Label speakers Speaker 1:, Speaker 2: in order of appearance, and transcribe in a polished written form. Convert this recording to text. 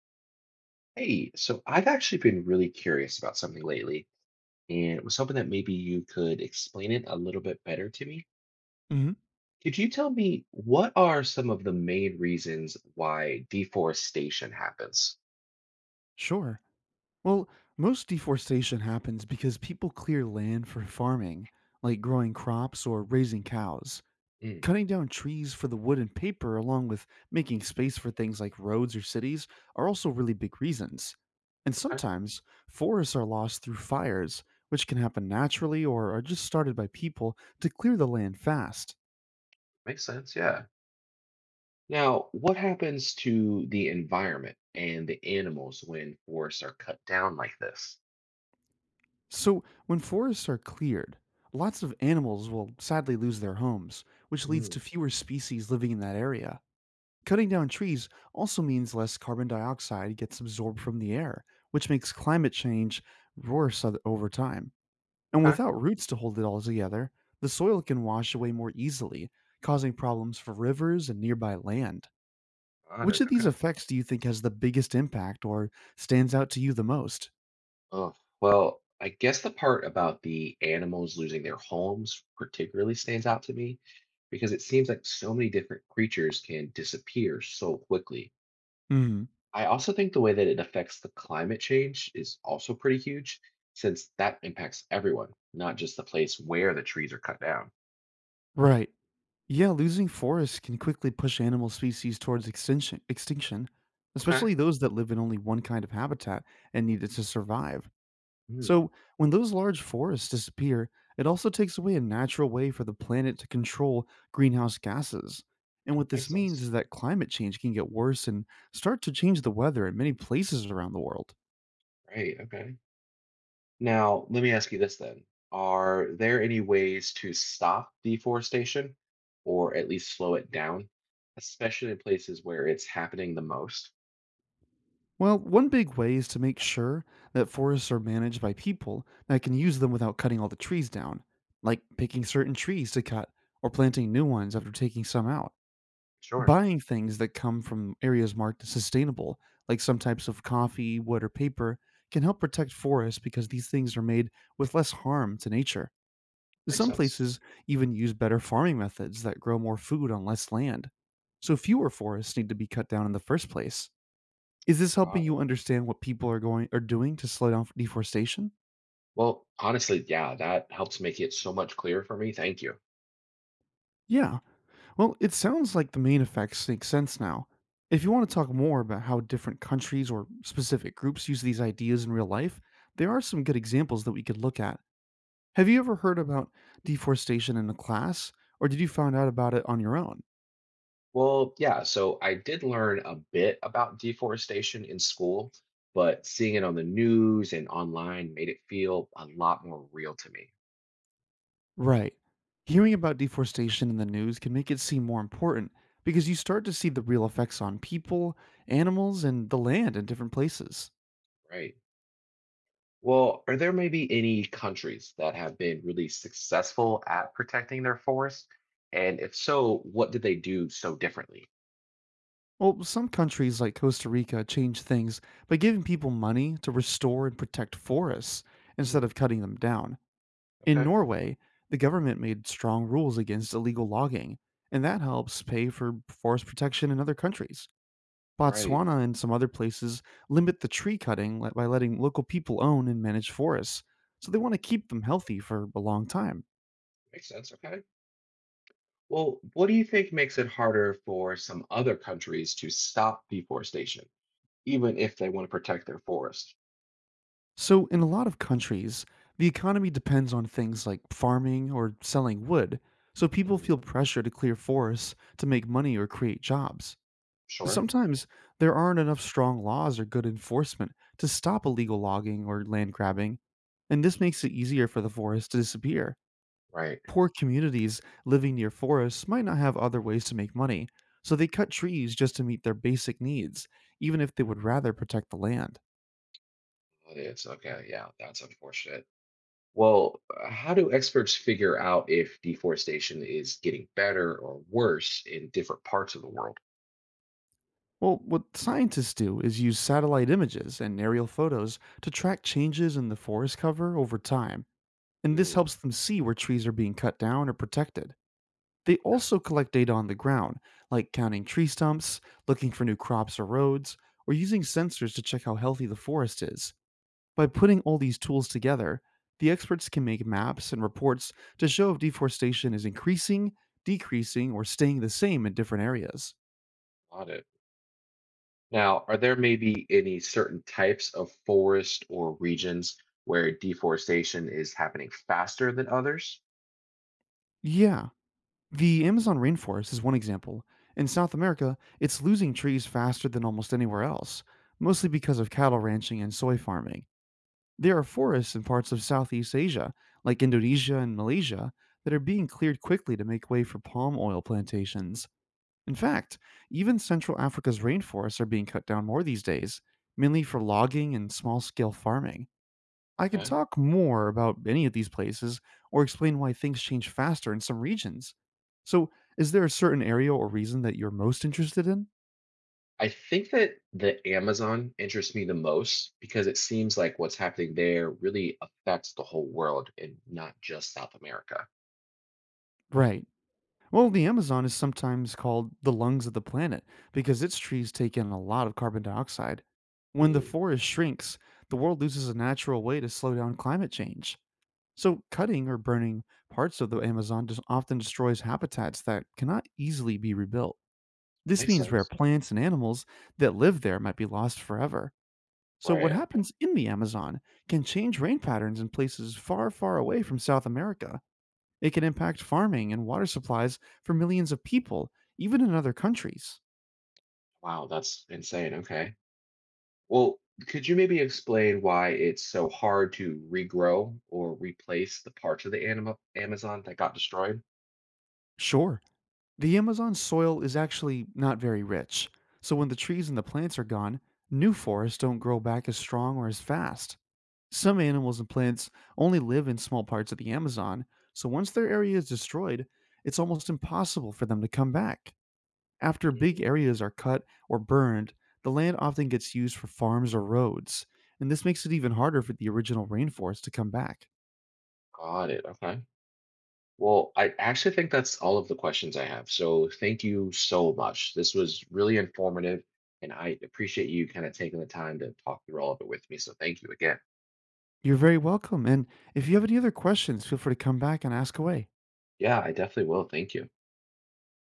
Speaker 1: Hey, so I've actually been really curious about something lately and was hoping that maybe you could explain it a little bit better to me.
Speaker 2: Mhm.
Speaker 1: Could you tell me what are some of the main reasons why deforestation happens?
Speaker 2: Sure. Well, most deforestation happens because people clear land for farming, like growing crops or raising cows,
Speaker 1: Mm,
Speaker 2: cutting down trees for the wood and paper, along with making space for things like roads or cities, are also really big reasons. And
Speaker 1: okay,
Speaker 2: sometimes forests are lost through fires, which can happen naturally or are just started by people to clear the land fast.
Speaker 1: makes sense. Yeah. Now, what happens to the environment and the animals when forests are cut down like this?
Speaker 2: So, when forests are cleared, lots of animals will sadly lose their homes, which leads to
Speaker 1: Mm,
Speaker 2: fewer species living in that area. Cutting down trees also means less carbon dioxide gets absorbed from the air, which makes climate change worse over time. And
Speaker 1: okay,
Speaker 2: without roots to hold it all together, the soil can wash away more easily, causing problems for rivers and nearby land.
Speaker 1: got it.
Speaker 2: Which of these
Speaker 1: Okay.
Speaker 2: effects do you think has the biggest impact or stands out to you the most?
Speaker 1: Oh, well, I guess the part about the animals losing their homes particularly stands out to me because it seems like so many different creatures can disappear so quickly.
Speaker 2: Hmm,
Speaker 1: I also think the way that it affects the climate change is also pretty huge since that impacts everyone, not just the place where the trees are cut down.
Speaker 2: right. Yeah, losing forests can quickly push animal species towards extinction,
Speaker 1: Okay.
Speaker 2: especially those that live in only one kind of habitat and need it to survive.
Speaker 1: Hmm.
Speaker 2: So, when those large forests disappear, it also takes away a natural way for the planet to control greenhouse gases. And what this
Speaker 1: Makes sense.
Speaker 2: means is that climate change can get worse and start to change the weather in many places around the world.
Speaker 1: Right. Okay. Now, let me ask you this then. Are there any ways to stop deforestation or at least slow it down, especially in places where it's happening the most?
Speaker 2: Well, one big way is to make sure that forests are managed by people that can use them without cutting all the trees down, like picking certain trees to cut or planting new ones after taking some out.
Speaker 1: Sure.
Speaker 2: Buying things that come from areas marked as sustainable, like some types of coffee, wood, or paper, can help protect forests because these things are made with less harm to nature.
Speaker 1: Makes
Speaker 2: Some
Speaker 1: sense.
Speaker 2: places even use better farming methods that grow more food on less land, so fewer forests need to be cut down in the first place. Is this helping
Speaker 1: Got it.
Speaker 2: you understand what people are doing to slow down deforestation?
Speaker 1: Well, honestly, yeah, that helps make it so much clearer for me. Thank you.
Speaker 2: Yeah. Well, it sounds like the main effects make sense now. If you want to talk more about how different countries or specific groups use these ideas in real life, there are some good examples that we could look at. Have you ever heard about deforestation in a class, or did you find out about it on your own?
Speaker 1: Well, yeah, so I did learn a bit about deforestation in school, but seeing it on the news and online made it feel a lot more real to me.
Speaker 2: Right. Hearing about deforestation in the news can make it seem more important because you start to see the real effects on people, animals, and the land in different places.
Speaker 1: Right. Well, are there maybe any countries that have been really successful at protecting their forests? And if so, what did they do so differently?
Speaker 2: Well, some countries like Costa Rica change things by giving people money to restore and protect forests instead
Speaker 1: Mm,
Speaker 2: of cutting them down. In
Speaker 1: okay,
Speaker 2: Norway, the government made strong rules against illegal logging, and that helps pay for forest protection in other countries.
Speaker 1: right.
Speaker 2: Botswana and some other places limit the tree cutting by letting local people own and manage forests, so they want to keep them healthy for a long time.
Speaker 1: Makes sense. Okay. Well, what do you think makes it harder for some other countries to stop deforestation, even if they want to protect their forest?
Speaker 2: So, in a lot of countries, the economy depends on things like farming or selling wood, so people
Speaker 1: Mm,
Speaker 2: feel pressure to clear forests to make money or create jobs.
Speaker 1: sure.
Speaker 2: Sometimes there aren't enough strong laws or good enforcement to stop illegal logging or land grabbing, and this makes it easier for the forest to disappear.
Speaker 1: Right.
Speaker 2: Poor communities living near forests might not have other ways to make money, so they cut trees just to meet their basic needs, even if they would rather protect the land.
Speaker 1: Well, it's okay. Yeah, that's unfortunate. Well, how do experts figure out if deforestation is getting better or worse in different parts of the world?
Speaker 2: Well, what scientists do is use satellite images and aerial photos to track changes in the forest cover over time, and this
Speaker 1: Mm,
Speaker 2: helps them see where trees are being cut down or protected. They
Speaker 1: okay.
Speaker 2: also collect data on the ground, like counting tree stumps, looking for new crops or roads, or using sensors to check how healthy the forest is. By putting all these tools together, the experts can make maps and reports to show if deforestation is increasing, decreasing, or staying the same in different areas.
Speaker 1: Got it. Now, are there maybe any certain types of forest or regions where deforestation is happening faster than others?
Speaker 2: Yeah, the Amazon rainforest is one example. In South America, it's losing trees faster than almost anywhere else, mostly because of cattle ranching and soy farming. There are forests in parts of Southeast Asia, like Indonesia and Malaysia, that are being cleared quickly to make way for palm oil plantations. In fact, even Central Africa's rainforests are being cut down more these days, mainly for logging and small scale farming. I can
Speaker 1: Okay.
Speaker 2: talk more about any of these places or explain why things change faster in some regions. So, is there a certain area or reason that you're most interested in?
Speaker 1: I think that the Amazon interests me the most because it seems like what's happening there really affects the whole world and not just South America.
Speaker 2: Right. Well, the Amazon is sometimes called the lungs of the planet because its trees take in a lot of carbon dioxide. When the
Speaker 1: Mm,
Speaker 2: forest shrinks, the world loses a natural way to slow down climate change. So, cutting or burning parts of the Amazon often destroys habitats that cannot easily be rebuilt. This
Speaker 1: makes
Speaker 2: means rare
Speaker 1: sense.
Speaker 2: plants and animals that live there might be lost forever. So, what
Speaker 1: Right. Okay.
Speaker 2: happens in the Amazon can change rain patterns in places far, far away from South America. It can impact farming and water supplies for millions of people, even in other countries.
Speaker 1: Wow, that's insane. Okay. Well, could you maybe explain why it's so hard to regrow or replace the parts of the Amazon that got destroyed?
Speaker 2: Sure. The Amazon soil is actually not very rich, so when the trees and the plants are gone, new forests don't grow back as strong or as fast. Some animals and plants only live in small parts of the Amazon, so once their area is destroyed, it's almost impossible for them to come back. After big
Speaker 1: Mm,
Speaker 2: areas are cut or burned, the land often gets used for farms or roads, and this makes it even harder for the original rainforest to come back.
Speaker 1: got it. Okay. Well, I actually think that's all of the questions I have. So thank you so much. This was really informative, and I appreciate you kind of taking the time to talk through all of it with me. So thank you again.
Speaker 2: You're very welcome. And if you have any other questions, feel free to come back and ask away.
Speaker 1: Yeah, I definitely will. Thank you.